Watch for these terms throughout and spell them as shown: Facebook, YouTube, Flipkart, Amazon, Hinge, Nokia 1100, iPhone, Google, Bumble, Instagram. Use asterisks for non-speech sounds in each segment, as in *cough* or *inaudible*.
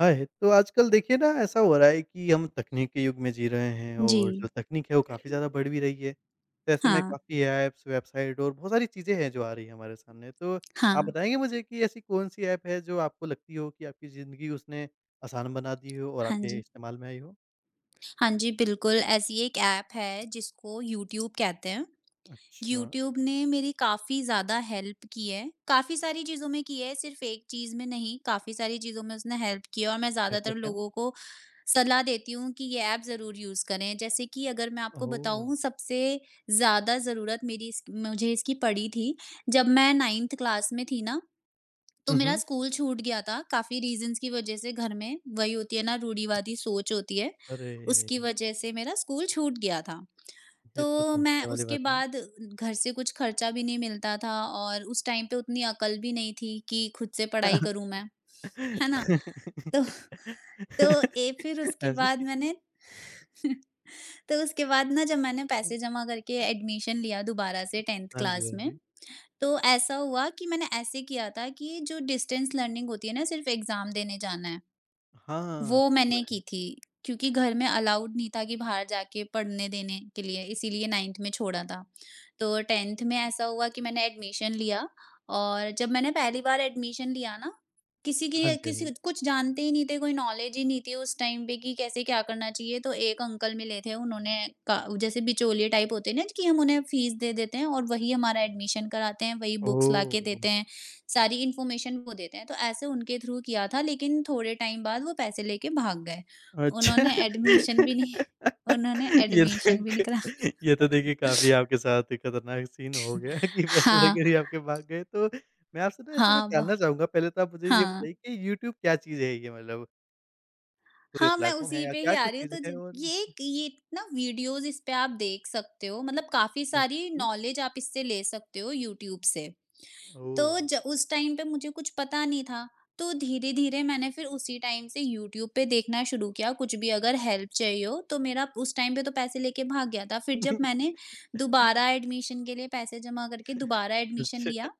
हाय! तो आजकल देखिए ना ऐसा हो रहा है कि हम तकनीक के युग में जी रहे हैं, जी। और जो तकनीक है वो काफ़ी ज़्यादा बढ़ भी रही है। तो ऐसे में हाँ, काफ़ी ऐप्स, वेबसाइट और बहुत सारी चीज़ें हैं जो आ रही हैं हमारे सामने। तो आप हाँ। बताएँगे मुझे कि ऐसी कौन-सी ऐप है जो आपको लगती हो कि आपकी ज़िंदगी उसने आसान बना दी हो और हाँ आपके जी। इस्तेमाल में आई हो? हाँ जी, बिल्कुल ऐसी एक ऐप है जिसको यूट्यूब कहते हैं। अच्छा, यूट्यूब ने मेरी काफ़ी ज़्यादा हेल्प की है। काफ़ी सारी चीज़ों में की है, सिर्फ़ एक चीज़ में नहीं, काफ़ी सारी चीज़ों में उसने हेल्प की है और मैं ऐसा ज़्यादातर क्या? लोगों को सलाह देती हूँ कि ये ऐप ज़रूर यूज़ करें। जैसे कि अगर मैं आपको ओह! बताऊँ, सबसे ज़्यादा ज़रूरत मेरी इस मुझे इसकी पड़ी थी, जब मैं 9th क्लास में थी ना, तो हुँ, मेरा हुँ। स्कूल छूट गया था काफ़ी रीज़न्स की वजह से। घर में वही होती है ना, रूढ़िवादी सोच होती है, अरे! उसकी वजह से मेरा स्कूल छूट गया था। ये तो तो मैं समस्या वाली उसके बात है। बाद, घर से कुछ खर्चा भी नहीं मिलता था, और उस टाइम पे उतनी अकल भी नहीं थी कि खुद से पढ़ाई करूँ मैं, है ना? तो *laughs* तो ए फिर उसके हाँ बाद जी। मैंने *laughs* तो उसके बाद ना, जब मैंने पैसे जमा करके एडमिशन लिया दोबारा से 10th हाँ जी, क्लास हाँ में, जी। तो ऐसा हुआ कि मैंने ऐसे किया था कि जो डिस्टेंस लर्निंग होती है ना, सिर्फ़ एग्ज़ाम देने जाना है। हाँ, वो सुना मैंने की है। थी, क्योंकि घर में अलाउड नहीं था कि बाहर जाके पढ़ने देने के लिए, इसीलिए 9th में छोड़ा था। तो 10th में ऐसा हुआ कि मैंने एडमिशन लिया, और जब मैंने पहली बार एडमिशन लिया ना, किसी हाँ की जी, हाँ किसी जी। कुछ जानते ही नहीं थे, कोई नॉलेज ही नहीं थी उस टाइम पे कि कैसे क्या करना चाहिए। तो एक अंकल मिले थे, उन्होंने का जैसे बिचौलिए टाइप होते हैं ना, कि हम उन्हें फीस दे देते हैं और वही हमारा एडमिशन कराते हैं, वही बुक्स ओह! लाके देते हैं, सारी इन्फॉर्मेशन वो देते हैं, तो ऐसे उनके थ्रू किया था, लेकिन थोड़े टाइम बाद वो पैसे लेके भाग गए। अच्छा। उन्होंने एडमिशन भी नहीं *laughs* उन्होंने ये एडमिशन भी देख नहीं करा। ये तो देखिए काफ़ी आपके साथ खतरनाक सीन हो गया कि पैसे हाँ, लेकर ही आपके भाग गए। तो मैं आपसे ना ऐसे में हाँ, ब जानना चाहूँगा, पहले तो आप मुझे ये हाँ। बताइए कि यूट्यूब क्या चीज़ है ये मतलब? कोई हाँ, मैं प्लेटफ़ॉर्म है उसी या पे ही क्या आ कुछ रही हूँ। चीज़ तो ज है और ये ना, वीडियोज़ इस पे आप देख सकते हो, मतलब काफ़ी सारी किसकी? नॉलेज आप इससे ले सकते हो यूट्यूब से। ओह! तो ज उस टाइम पे मुझे कुछ पता नहीं था, तो धीरे-धीरे मैंने फिर उसी टाइम से यूट्यूब पे देखना शुरू किया, कुछ भी अगर हेल्प चाहिए हो। तो मेरा उस टाइम पे तो पैसे लेके भाग गया था। फिर जब मैंने दोबारा एडमिशन के लिए पैसे जमा करके दोबारा एडमिशन अच्छा। लिया,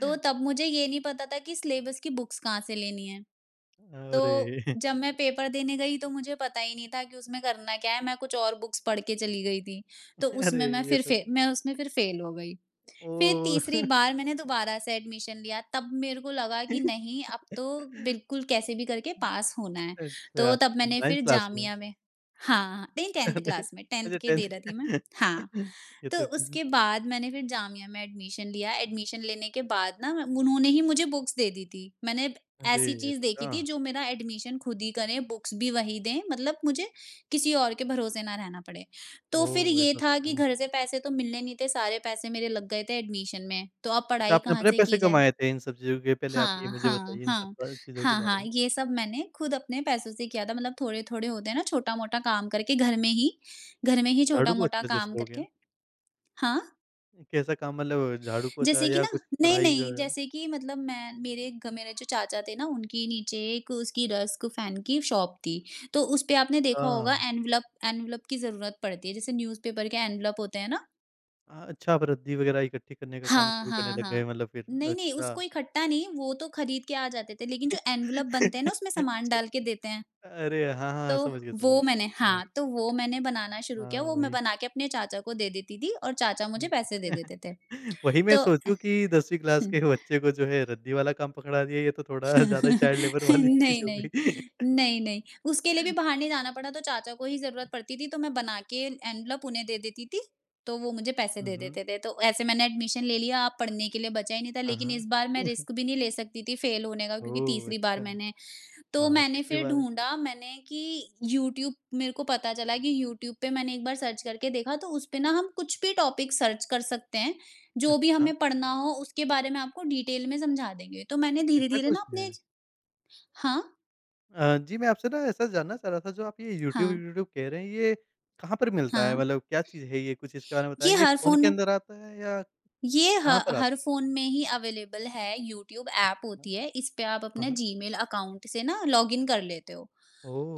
तो तब मुझे ये नहीं पता था कि सिलेबस की बुक्स कहाँ से लेनी है। तो अरे! जब मैं पेपर देने गई, तो मुझे पता ही नहीं था कि उसमें करना क्या है, मैं कुछ और बुक्स पढ़ के चली गई थी। तो अरे! उसमें मैं ये फिर तो फे मैं उसमें फिर फ़ेल हो गई। फिर तीसरी ओह! बार मैंने दोबारा से एडमिशन लिया, तब मेरे को लगा कि *laughs* नहीं, अब तो बिल्कुल कैसे भी करके पास होना है। तो अच्छा, तब मैंने 9th फिर क्लास में। जामिया में। हाँ, नहीं, 10th अरे! क्लास में, 10th अच्छा के दे 10th रही थी मैं। हाँ, *laughs* ये तो तो फिर उसके बाद मैंने फिर जामिया में एडमिशन लिया। एडमिशन लेने के बाद ना, उन्होंने ही मुझे बुक्स दे दी थी। मैंने अरे! ऐसी चीज़ देखी अच्छा, थी जो मेरा एडमिशन खुद ही करें, बुक्स भी वही दें, मतलब मुझे किसी और के भरोसे ना रहना पड़े। तो फिर ओह! ये ऐसा सब था कि है। घर से पैसे तो मिलने नहीं थे, सारे पैसे मेरे लग गए थे एडमिशन में, तो अब अच्छा, पढ़ाई आपने कहाँ अपने से पैसे की जाए? कमाए थे इन सब चीज़ों के? पहले आप ये हाँ, मुझे हाँ, बताइए इन सब हाँ। प चीज़ों के हाँ, बारे हाँ, में। ये सब मैंने खुद अपने पैसों से किया था, मतलब थोड़े-थोड़े होते हैं ना, छोटा-मोटा काम करके घर में ही झाड़ू छोटा-मोटा पोछा काम जैसे हो करके। गया, हाँ, कैसा काम मतलब? झाड़ू पोछा जैसे कि या ना, कुछ नहीं, पढ़ाई नहीं, वगैरह? जैसे कि मतलब मैं मेरे घ मेरे जो चाचा थे ना, उनके नीचे एक उसकी रस्क फैन की शॉप थी, तो उसपे आपने देखा होगा, हाँ। एनवेलप एनवेलप की ज़रूरत पड़ती है, जैसे न्यूज़पेपर के एनवेलप होते हैं ना। अच्छा, आप रद्दी वगैरह इकट्ठी करने का काम हाँ, शुरू करने हाँ, लग गए हाँ। मतलब फिर, नहीं, नहीं, उसको अच्छा। इकट्ठा नहीं, वो तो खरीद के आ जाते थे, लेकिन जो एनवेलप बनते हैं ना, *laughs* उसमें सामान अच्छा, डाल के देते हैं। अरे! हाँ, तो हाँ, समझ गया, समझ वो मैंने गया। हाँ, तो वो मैंने बनाना शुरू हाँ, किया, हाँ, वो मैं वही। बना के अपने चाचा को दे देती थी और चाचा मुझे हुँ। पैसे दे *laughs* देते थे। वही मैं तो सोचूँ कि 10वीं क्लास के *laughs* बच्चे को जो है रद्दी वाला काम पकड़ा दिया, ये तो थोड़ा *laughs* *laughs* ज़्यादा ही चाइल्ड लेबर वाली नहीं, चीज़ हो नहीं, गई। *laughs* नहीं, नहीं, उसके लिए भी बाहर नहीं जाना पड़ा, तो चाचा को ही ज़रूरत पड़ती थी, तो मैं बना के एनवेलप उन्हें दे देती थी, तो वो मुझे पैसे हुँ, दे हुँ। देते थे। तो ऐसे मैंने एडमिशन ले लिया, अब पढ़ने के लिए बचा ही नहीं था, हाँ, लेकिन हाँ। इस बार मैं रिस्क भी नहीं ले सकती थी फेल होने का, क्योंकि ओह! तीसरी बार अच्छा। मैंने। तो हाँ, मैंने तीसरी फिर बार है। ढूँढा, मैंने, कि यूट्यूब मेरे को पता चला, कि यूट्यूब पे मैंने एक बार सर्च करके देखा, तो उस पे ना हम कुछ भी टॉपिक सर्च कर सकते हैं, जो भी अच्छा, हमें पढ़ना हो उसके बारे में आपको डिटेल में समझा देंगे। तो मैंने ऐसा धीरे-धीरे ना कुछ है। अपने। हाँ, जी, मैं आपसे ना ऐसा जानना चाह रहा था, जो आप ये यूट्यूब हाँ, यूट्यूब कह रहे हैं, ये कहाँ पर मिलता है? हाँ। मतलब क्या चीज़ है ये? कुछ इसके बारे में ये बताएँगे? हर फ़ोन फ़ोन के में अंदर आता है या ये ह कहाँ पर हर आता फ़ोन में ही अवेलेबल है, यूट्यूब ऐप है? होती है, इस पे आप हाँ, अपना हाँ। जीमेल अकाउंट से ना लॉगिन कर लेते हो।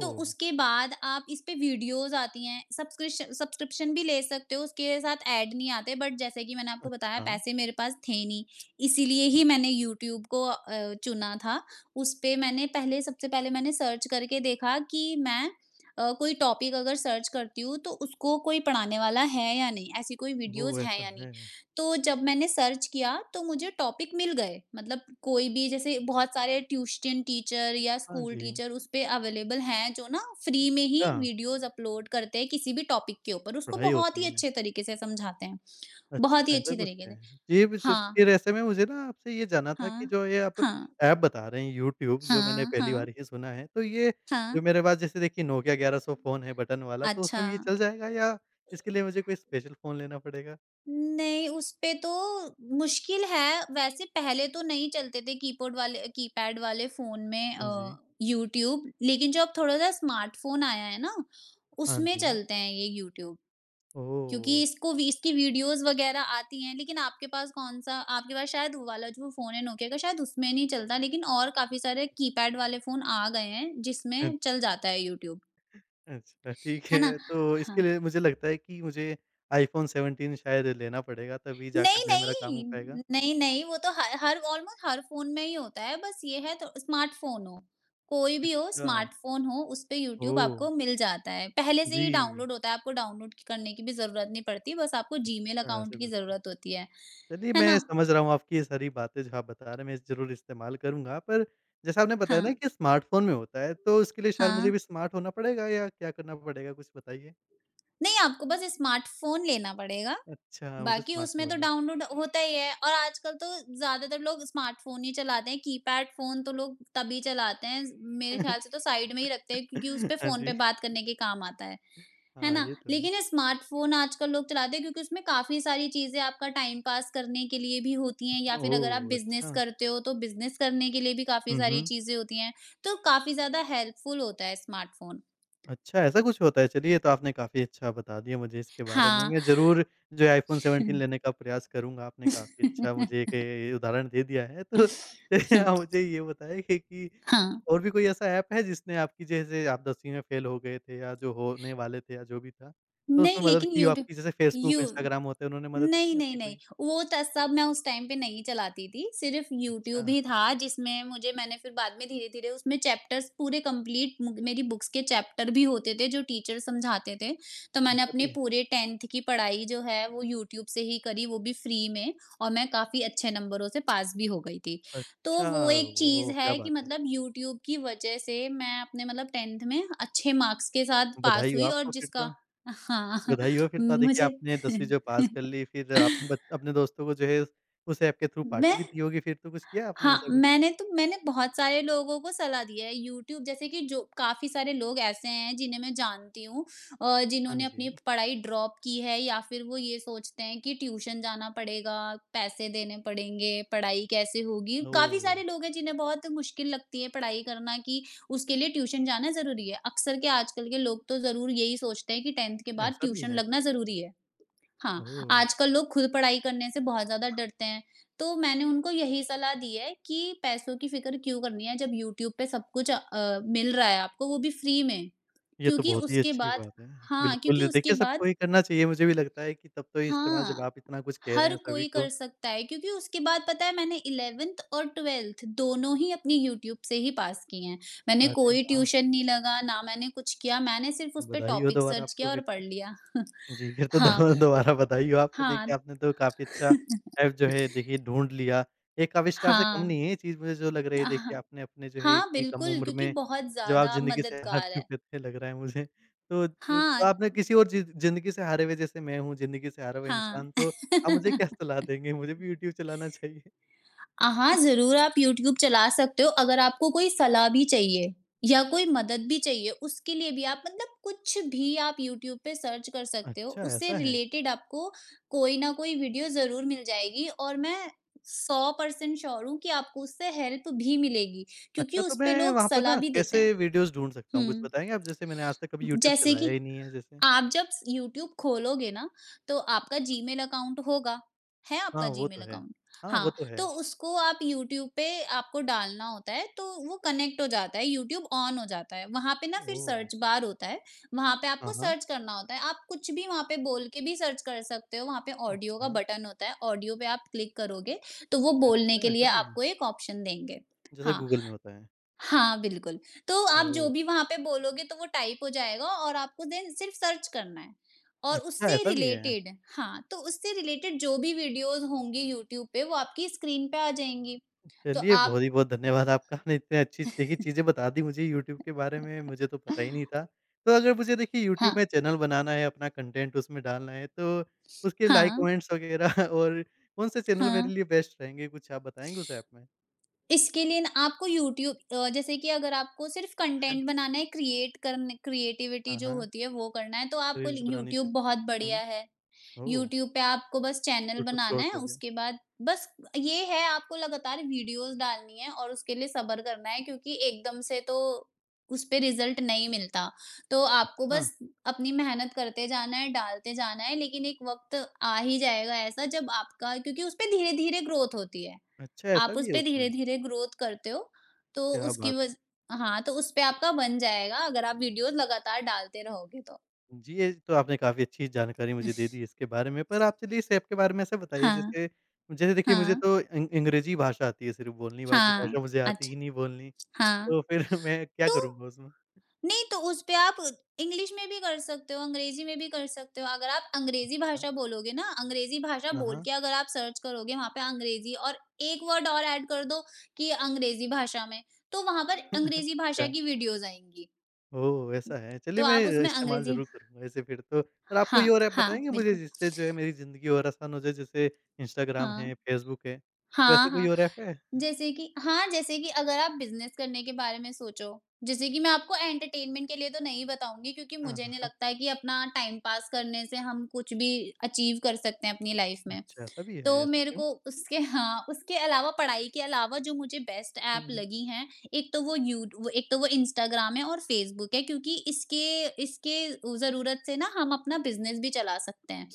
तो उसके बाद आप इस पे वीडियोज़ आती हैं, सब्सक्रिप्शन सब्सक्रिप्शन भी ले सकते हो, उसके साथ ऐड नहीं आते, बट जैसे कि मैंने आपको बताया, अच्छा। पैसे मेरे पास थे नहीं, इसीलिए ही मैंने यूट्यूब को चुना था। उस पे मैंने पहले सबसे पहले मैंने सर्च करके देखा कि मैं कोई टॉपिक अगर सर्च करती हूँ, तो उसको कोई पढ़ाने वाला है या नहीं, ऐसी कोई ओह! वीडियोज़ हैं ऐसा या नहीं। है। तो जब मैंने सर्च किया तो मुझे टॉपिक मिल गए, मतलब कोई भी, जैसे बहुत सारे ट्यूशन टीचर या हाँ स्कूल जी। टीचर उस पे अवेलेबल हैं, जो ना फ्री में ही अच्छा, वीडियोस अपलोड करते हैं, किसी भी टॉपिक के ऊपर उसको पढ़ाई बहुत होती ही है। अच्छे तरीके से समझाते हैं, बहुत ही अच्छा, ऐसा अच्छी कुछ तरीके है। से। ये भी सिर्फ हाँ, फिर ऐसे में मुझे ना आपसे ये जानना था कि हाँ, जो ये आप हाँ, ऐप बता रहे हैं यूट्यूब, जो मैंने हाँ, पहली हाँ, बार ही सुना है, तो ये हाँ, जो मेरे पास जैसे देखिए नोकिया 1100 फ़ोन है बटन वाला, तो अच्छा। उसमें भी ये चल जाएगा या इसके लिए मुझे कोई स्पेशल फ़ोन लेना पड़ेगा? नहीं, उसपे तो मुश्किल है, वैसे पहले तो नहीं चलते थे कीबोर्ड वाले कीपैड वाले फ़ोन में हाँ जी। यूट्यूब। लेकिन जो अब थोड़ा-सा स्मार्टफ़ोन आया है ना, हाँ उसमें जी। चलते हैं ये यूट्यूब, क्योंकि ओह! इसको वी इसकी वीडियोज़ वग़ैरह आती हैं, लेकिन आपके पास शायद वो वाला जो फ़ोन है नोकिया का, शायद उसमें नहीं चलता, लेकिन और काफ़ी सारे कीपैड वाले फ़ोन आ गए हैं, अ, जिसमें चल जाता है यूट्यूब, अच्छा ठीक है ना? है। तो इसके हाँ। लिए मुझे लगता है कि मुझे आईफ़ोन 17 शायद लेना पड़ेगा, तभी जाकर नहीं, जो है मेरा काम हो नहीं, पाएगा। नहीं, नहीं, वो तो हर हर ऑलमोस्ट हर फ़ोन में ही होता है, बस ये है तो स्मार्टफ़ोन हो, कोई भी हो अच्छा, स्मार्टफ़ोन हो, उसपे यूट्यूब ओह! आपको मिल जाता है। पहले से ही जी, डाउनलोड होता है, आपको डाउनलोड करने की भी ज़रूरत नहीं पड़ती, बस आपको जीमेल अच्छा अकाउंट ऐसा की कुछ। ज़रूरत होती है। चलिए, है ना? मैं समझ रहा हूँ आपकी ये सारी बातें जो आप बता रहे हैं, मैं ज़रूर इस्तेमाल करूँगा। पर जैसा आपने बताया हाँ, ना कि स्मार्टफ़ोन में होता है, तो उसके लिए शायद हाँ। मुझे भी स्मार्ट होना पड़ेगा या क्या करना पड़ेगा, कुछ बताइए? नहीं, आपको बस स्मार्टफ़ोन लेना पड़ेगा, अच्छा, मुझे बाकी स्मार्ट उसमें नहीं तो बनना डाउनलोड होता ही है, और आजकल तो ज़्यादातर लोग स्मार्टफ़ोन ही चलाते हैं, कीपैड फ़ोन तो लोग तभी चलाते हैं, मेरे है। ख़्याल से *laughs* तो साइड में ही रखते हैं, क्योंकि उस पे हाँ फ़ोन पे जी। बात करने के काम आता है। है हाँ, ना? ये तो है। लेकिन ये स्मार्टफ़ोन आजकल लोग चलाते हैं, क्योंकि उसमें काफ़ी सारी चीज़ें आपका टाइम पास करने के लिए भी होती हैं, या फिर अगर आप ओह! बिज़नेस अच्छा। करते हो तो बिज़नेस करने के लिए भी काफ़ी हुँ, सारी हुँ। चीज़ें होती हैं, तो काफ़ी ज़्यादा हेल्पफुल होता है स्मार्टफ़ोन। अच्छा, ऐसा कुछ होता है। चलिए, ये तो आपने काफ़ी अच्छा बता दिया मुझे इसके बारे में। हाँ। मैं ज़रूर जो है iPhone 17 लेने का प्रयास करूँगा। आपने काफ़ी अच्छा मुझे *laughs* एक उदाहरण दे दिया है। तो *laughs* चलिए, आप मुझे ये बताइए कि हाँ। और भी कोई ऐसा ऐप है जिसने आपकी, जैसे आप 10वीं में फ़ेल हो गए थे या जो होने वाले थे या जो भी था, तो नहीं, उसमें मदद लेकिन की हो यूट्यूब आपकी? जैसे फ़ेसबुक, यू इंस्टाग्राम होते हैं, उन्होंने मदद नहीं, की नहीं, आपकी नहीं। कोई? वो त सब मैं उस टाइम पे नहीं चलाती थी, सिर्फ़ अच्छा, यूट्यूब ही था, जिसमें मुझे मैंने फिर बाद में धीरे-धीरे उसमें चैप्टर्स पूरे कंप्लीट मु मेरी बुक्स के चैप्टर भी होते थे जो टीचर समझाते थे। तो मैंने ऐसा अपने भी है। पूरे 10th की पढ़ाई जो है वो यूट्यूब से ही करी, वो भी फ्री में, और मैं काफ़ी अच्छे नंबरों से पास भी हो गई थी। तो अच्छा, वो एक चीज़ ओह! क्या है कि बात है। मतलब यूट्यूब की वजह से मैं अपने, मतलब 10th में अच्छे मार्क्स के साथ पास बधाई हो हुई, और आपको फिर जिसका, तो। हाँ, बधाई हो *laughs* फिर तो, देखिए मुझे आपने *laughs* 10वीं जो पास कर ली, फिर आपने बच अपने दोस्तों को जो है उस ऐप के थ्रू पार्टी मैं भी दी होगी फिर तो, कुछ किया आपने हाँ, ऐसा कुछ? मैंने बहुत सारे लोगों को सलाह दी है यूट्यूब, जैसे कि जो काफ़ी सारे लोग ऐसे हैं जिन्हें मैं जानती हूँ, हाँ जिन्होंने अपनी जी। पढ़ाई ड्रॉप की है या फिर वो ये सोचते हैं कि ट्यूशन जाना पड़ेगा, पैसे देने पड़ेंगे, पढ़ाई कैसे होगी? काफ़ी ओह! सारे लोग हैं जिन्हें बहुत मुश्किल लगती है पढ़ाई करना कि उसके लिए ट्यूशन जाना ज़रूरी है। अक्सर के आजकल के लोग तो ज़रूर यही सोचते हैं कि 10th के बाद ऐसा भी ट्यूशन है? लगना ज़रूरी है। हाँ, ओह! आजकल लोग खुद पढ़ाई करने से बहुत ज़्यादा डरते हैं, तो मैंने उनको यही सलाह दी है कि पैसों की फ़िक्र क्यों करनी है जब यूट्यूब पे सब कुछ मिल रहा है आपको वो भी फ्री में। ये तो क्योंकि बहुत ही उसके अच्छी बाद बात है। हाँ, क्योंकि बिल्कुल, उसके देखिए बाद सबको ये करना चाहिए, मुझे भी लगता है कि तब तो ये इस्तेमाल जब हाँ, आप इतना कुछ कह रहे हर हैं सभी कोई कर को। सकता है क्योंकि उसके बाद पता है मैंने 11th और 12th दोनों ही अपनी यूट्यूब से ही पास किए हैं। मैंने अरे कोई वाह! ट्यूशन नहीं लगा, ना मैंने कुछ किया, मैंने सिर्फ़ उस पे बधाई हो टॉपिक दोबारा सर्च किया आपको और फिर। पढ़ तो। लिया। *laughs* जी, फिर तो हाँ, दो दोबारा बधाई हो आपको। हाँ, देखिए, आपने तो काफ़ी अच्छा ऐप जो है देखिए ढूँढ लिया। एक आविष्कार से कम हाँ। नहीं है ये चीज़ मुझे जो लग रही है, अ, देखिए ह आपने अपने जो है हाँ, इतनी कम बिल्कुल, उम्र क्योंकि में बहुत जब आप ज़्यादा ज़िंदगी से हार मददगार है। चुके थे, लग रहा है मुझे। तो तो हाँ, आपने किसी और ज़िंदगी से हारे हुए, जैसे मैं हूँ ज़िंदगी से हारा हुआ हाँ। इंसान, तो आप मुझे क्या *laughs* सलाह देंगे? मुझे भी यूट्यूब चलाना चाहिए? हाँ, ज़रूर आप यूट्यूब चला सकते हो अगर आपको कोई सलाह भी चाहिए या कोई मदद भी चाहिए, उसके लिए भी आप मतलब कुछ भी आप यूट्यूब पे सर्च कर सकते हो, अच्छा उससे ऐसा है। रिलेटेड आपको कोई ना कोई वीडियो ज़रूर मिल जाएगी और मैं 100% श्योर हूँ कि आपको उससे हेल्प भी मिलेगी, क्योंकि अच्छा, तो उस पे मैं लोग वहाँ पर सलाह ना भी देते कैसे हैं। वीडियोज़ ढूँढ सकता हूँ? कुछ हुँ, बताएँगे आप? जैसे मैंने आज तक कभी यूट्यूब जैसे चलाया कि ही नहीं है जैसे। आप जब स यूट्यूब खोलोगे ना, तो आपका जीमेल अकाउंट होगा। है हाँ, आपका वो जीमेल तो है। अकाउंट? हाँ, वो हाँ, तो तो है। उसको आप यूट्यूब पे आपको डालना होता है, तो वो कनेक्ट हो जाता है, यूट्यूब ऑन हो जाता है। वहाँ पे ना फिर ओह! सर्च बार होता है, वहाँ पे हाँ, आपको हाँ। सर्च करना होता है। आप कुछ भी वहाँ पे बोल के भी सर्च कर सकते हो, वहाँ पे ऑडियो का अच्छा, बटन होता है, ऑडियो पे आप क्लिक करोगे, तो वो बोलने के अच्छा लिए ऐसा भी है? आपको एक ऑप्शन देंगे। जैसा हाँ, गूगल में होता है। हाँ, बिल्कुल। तो आप जो ओह! भी वहाँ पे बोलोगे तो वो टाइप हो जाएगा और आपको देन सिर्फ़ सर्च करना है और अच्छा उससे ऐसा भी है? रिलेटेड हाँ, तो उससे रिलेटेड जो भी वीडियोज़ होंगी यूट्यूब पे वो आपकी स्क्रीन पे आ जाएँगी। तो चलिए, आप बहुत ही बहुत धन्यवाद आपका, आपने इतनी अच्छी देखिए चीज़ें बता दी मुझे यूट्यूब के बारे में, मुझे तो पता ही नहीं था। तो अगर मुझे देखिए हाँ, यूट्यूब में चैनल बनाना है, अपना कंटेंट उसमें डालना है तो उसके लाइक हाँ, कमेंट्स वगैरह *laughs* और कौन से चैनल मेरे हाँ। लिए बेस्ट रहेंगे? कुछ आप बताएँगे उस ऐप में? इसके लिए ना आपको यूट्यूब जैसे कि अगर आपको सिर्फ़ कंटेंट बनाना है, क्रिएटिविटी हाँ, जो हाँ। होती है वो करना है तो आपको रील्स बनानी यूट्यूब जैसे बहुत बढ़िया हुँ। है। ओह! यूट्यूब पे आपको बस चैनल यूट्यूब बनाना है, शॉर्ट्स हो गया। उसके बाद बस ये है आपको लगातार वीडियोज़ डालनी है और उसके लिए सब्र करना है क्योंकि एकदम से तो उसपे रिज़ल्ट नहीं मिलता। तो आपको बस अच्छा, अपनी मेहनत करते जाना है, डालते जाना है लेकिन एक वक़्त आ ही जाएगा ऐसा जब आपका क्योंकि उसपे धीरे-धीरे ग्रोथ होती है। अच्छा आप ऐसा भी है उसपे उसमें? धीरे-धीरे ग्रोथ करते हो, तो क्या उसकी बात है! वज़ हाँ, तो उसपे आपका बन जाएगा अगर आप वीडियोज़ लगातार डालते रहोगे तो। जी, ये तो आपने काफ़ी अच्छी जानकारी मुझे दे *laughs* दी इसके बारे में। पर आप चलिए इस ऐप के बारे में ऐसा बताइए, हाँ, जैसे जैसे देखिए मुझे हाँ, तो अंग्रेज़ी भाषा आती है सिर्फ़ बोलनी, बाकी हाँ, भाषा मुझे आती ही अच्छा। नहीं बोलनी। हाँ, तो फिर *laughs* मैं क्या तो करूँगा उसमें? नहीं तो उस पे आप इंग्लिश में भी कर सकते हो, अंग्रेज़ी में भी कर सकते हो। अगर आप अंग्रेज़ी अच्छा। भाषा बोलोगे ना, अंग्रेज़ी भाषा हाँ, बोल हाँ। के अगर आप सर्च करोगे वहाँ पे अंग्रेज़ी और 1 वर्ड और ऐड कर दो कि अंग्रेज़ी भाषा में, तो वहाँ पर *laughs* अंग्रेज़ी भाषा अच्छा। की वीडियोज़ आएँगी। ओह! ऐसा है। तो चलिए, मैं आप उसमें इस्तेमाल अंग्रेज़ी ज़रूर करूँगा ऐसे फिर तो। और आप कोई हाँ, और ऐप हाँ, बताएँगे मुझे बिल्कुल। जिससे जो है मेरी ज़िंदगी और आसान हो जाए? जैसे इंस्टाग्राम हाँ। है, फ़ेसबुक है, तो हाँ, ऐसे कोई हाँ। और ऐप है? जैसे कि हाँ, जैसे कि अगर आप बिज़नेस करने के बारे में सोचो, जैसे कि मैं आपको एंटरटेनमेंट के लिए तो नहीं बताऊँगी क्योंकि हाँ, मुझे हाँ। नहीं हाँ, लगता है कि अपना टाइम पास करने से हम कुछ भी अचीव कर सकते हैं अपनी लाइफ़ में। अच्छा, ऐसा भी है, तो ऐसा मेरे क्यों? को उसके हाँ, उसके अलावा पढ़ाई के अलावा जो मुझे बेस्ट हुँ, ऐप हुँ। लगी हैं, एक तो वो इंस्टाग्राम है और फ़ेसबुक है क्योंकि इसके इसके उ ज़रूरत से ना हम अपना बिज़नेस भी चला सकते हैं।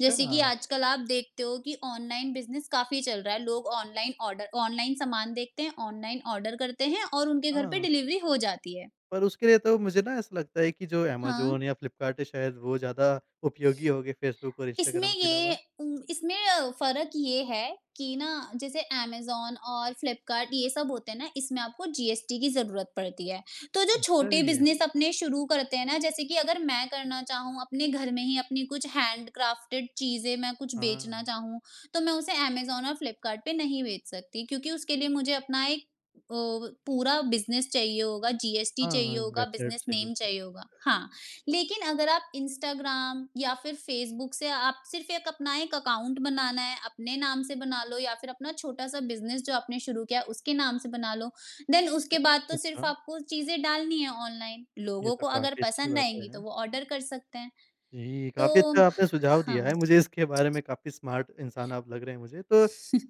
जैसे कि आजकल आप देखते हो कि ऑनलाइन बिज़नेस काफ़ी चल रहा है, लोग ऑनलाइन ऑर्डर ऑनलाइन सामान देखते हैं, ऑनलाइन ऑर्डर करते हैं और उनके घर पे हाँ। डिलीवरी हो जाती है। पर उसके लिए तो मुझे ना ऐसा लगता है कि जो हाँ। अमेज़न या फ्लिपकार्ट है, शायद वो ज़्यादा उपयोगी होंगे फ़ेसबुक और इसमें इंस्टाग्राम के ये अलावा। उम, इसमें अ, फ़र्क ये है कि ना जैसे अमेज़न और फ्लिपकार्ट ये सब होते हैं ना, इसमें आपको जीएसटी की ज़रूरत पड़ती है। तो जो अच्छा छोटे भी है। बिज़नेस अपने शुरू करते हैं ना, जैसे कि अगर मैं करना चाहूँ अपने घर में ही अपनी कुछ हैंडक्राफ्टेड चीज़ें मैं कुछ बेचना हाँ। चाहूँ, तो मैं उसे अमेज़न और फ्लिपकार्ट पे नहीं बेच सकती क्योंकि उसके लिए मुझे अपना एक अ, पूरा बिज़नेस चाहिए होगा, जीएसटी चाहिए हाँ, होगा, वेबसाइट बिज़नेस सही नेम होगी। चाहिए होगा। हाँ। लेकिन अगर आप इंस्टाग्राम या फिर फ़ेसबुक से आप सिर्फ़ एक अपना एक अकाउंट बनाना है, अपने नाम से बना लो या फिर अपना छोटा-सा बिज़नेस जो आपने शुरू किया है, उसके नाम से बना लो। देन उसके बाद तो सिर्फ़ अच्छा, आपको चीज़ें डालनी है ऑनलाइन। ये लोगों तो को अगर काफ़ी अच्छी पसंद बातें आएँगी तो हैं। वो ऑर्डर कर सकते हैं। जी, काफ़ी तो अच्छा आपने सुझाव दिया हाँ, है। मुझे इसके बारे में काफ़ी स्मार्ट इंसान आप लग रहे हैं मुझे, तो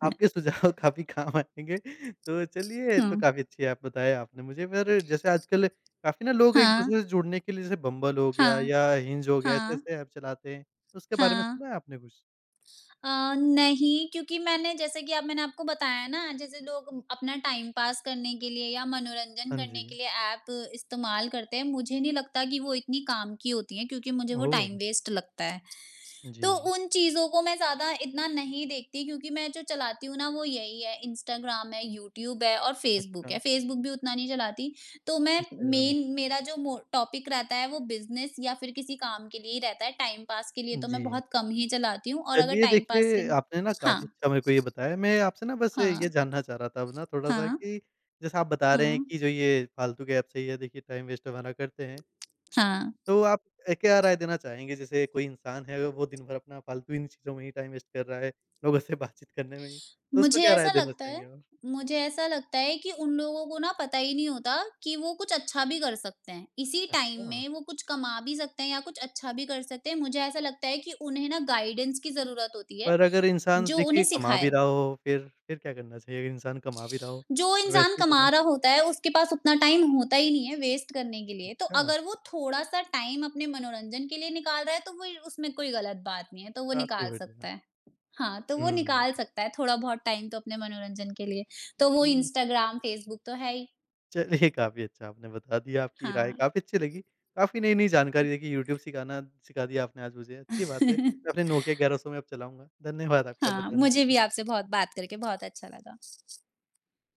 आपके सुझाव *laughs* काफ़ी काम आएँगे। तो चलिए, ये तो हाँ, काफ़ी अच्छी आप बताए आपने मुझे। पर जैसे आजकल काफ़ी ना लोग हाँ, एक-दूसरे से जुड़ने के लिए जैसे बम्बल हो गया हाँ, या हिंज हो गया, हाँ, ऐसे-ऐसे ऐप चलाते हैं। तो उसके बारे में हाँ। सुना है आपने कुछ? नहीं, क्योंकि मैंने जैसे कि अब मैंने आपको बताया ना जैसे लोग अपना टाइम पास करने के लिए या मनोरंजन हाँ करने जी। के लिए ऐप इस्तेमाल करते हैं, मुझे नहीं लगता कि वो इतनी काम की होती हैं क्योंकि मुझे वो ओह! टाइम वेस्ट लगता है। जी। तो उन चीज़ों को मैं ज़्यादा इतना नहीं देखती क्योंकि मैं जो चलाती हूँ ना वो यही है इंस्टाग्राम है, यूट्यूब है और फ़ेसबुक अच्छा, है। फ़ेसबुक भी उतना नहीं चलाती। तो मैं इंस्टाग्राम ही है। मेन मेरा जो मो टॉपिक रहता है वो बिज़नेस या फिर किसी काम के लिए ही रहता है। टाइम पास के लिए तो मैं जी। बहुत कम ही चलाती हूँ और अगर चलिए टाइम पास के देखिए, लिए आपने ना काफ़ी हाँ, अच्छा मेरे को ये बताया। मैं आपसे ना बस हाँ, ये जानना चाह रहा था अब ना थोड़ा-सा हाँ, कि जैसे आप बता रहे हैं हाँ, कि जो ये फालतू के ऐप्स है ये देखिए टाइम वेस्ट हमारा करते हैं। हाँ। तो आप क्या राय देना चाहेंगे? जैसे कोई इंसान है, अगर वो दिन भर अपना फालतू इन चीज़ों में ही टाइम वेस्ट कर रहा है, लोगों से *laughs* बातचीत करने में ही, तो उसको मुझे क्या राय ऐसा देना लगता है चाहेंगे आप? मुझे ऐसा लगता है कि उन लोगों को ना पता ही नहीं होता कि वो कुछ अच्छा भी कर सकते हैं। इसी टाइम अच्छा, में वो कुछ कमा भी सकते हैं या कुछ अच्छा भी कर सकते हैं। मुझे ऐसा लगता है कि उन्हें ना गाइडेंस की ज़रूरत होती है, पर अगर इंसान जो उन्हें देखिए कमा भी सिखाए। रहा हो, फिर क्या करना चाहिए अगर इंसान कमा भी रहा हो जो और इंसान वेस्ट भी कर रहा कमा हो? रहा होता है उसके पास उतना टाइम होता ही नहीं है वेस्ट करने के लिए। तो अच्छा, अगर वो थोड़ा-सा टाइम अपने मनोरंजन के लिए निकाल रहा है तो वो उसमें कोई गलत बात नहीं है, तो वो काफ़ी निकाल बढ़िया। सकता है। हाँ, तो वो हुँ। निकाल सकता है थोड़ा बहुत टाइम तो अपने मनोरंजन के लिए, तो वो जी। इंस्टाग्राम, फ़ेसबुक तो है ही। चलिए, काफ़ी अच्छा आपने बता दिया, आपकी राय हाँ। काफ़ी अच्छी लगी। काफ़ी नई-नई जानकारी देखिए, यूट्यूब सिखाना सिखा दिया आपने आज मुझे, अच्छी बात है। मैं *laughs* अपने नोकिया 1100 में अब चलाऊँगा। धन्यवाद आपका हाँ, बताने के मुझे भी लिए। आपसे बहुत बात करके बहुत अच्छा लगा।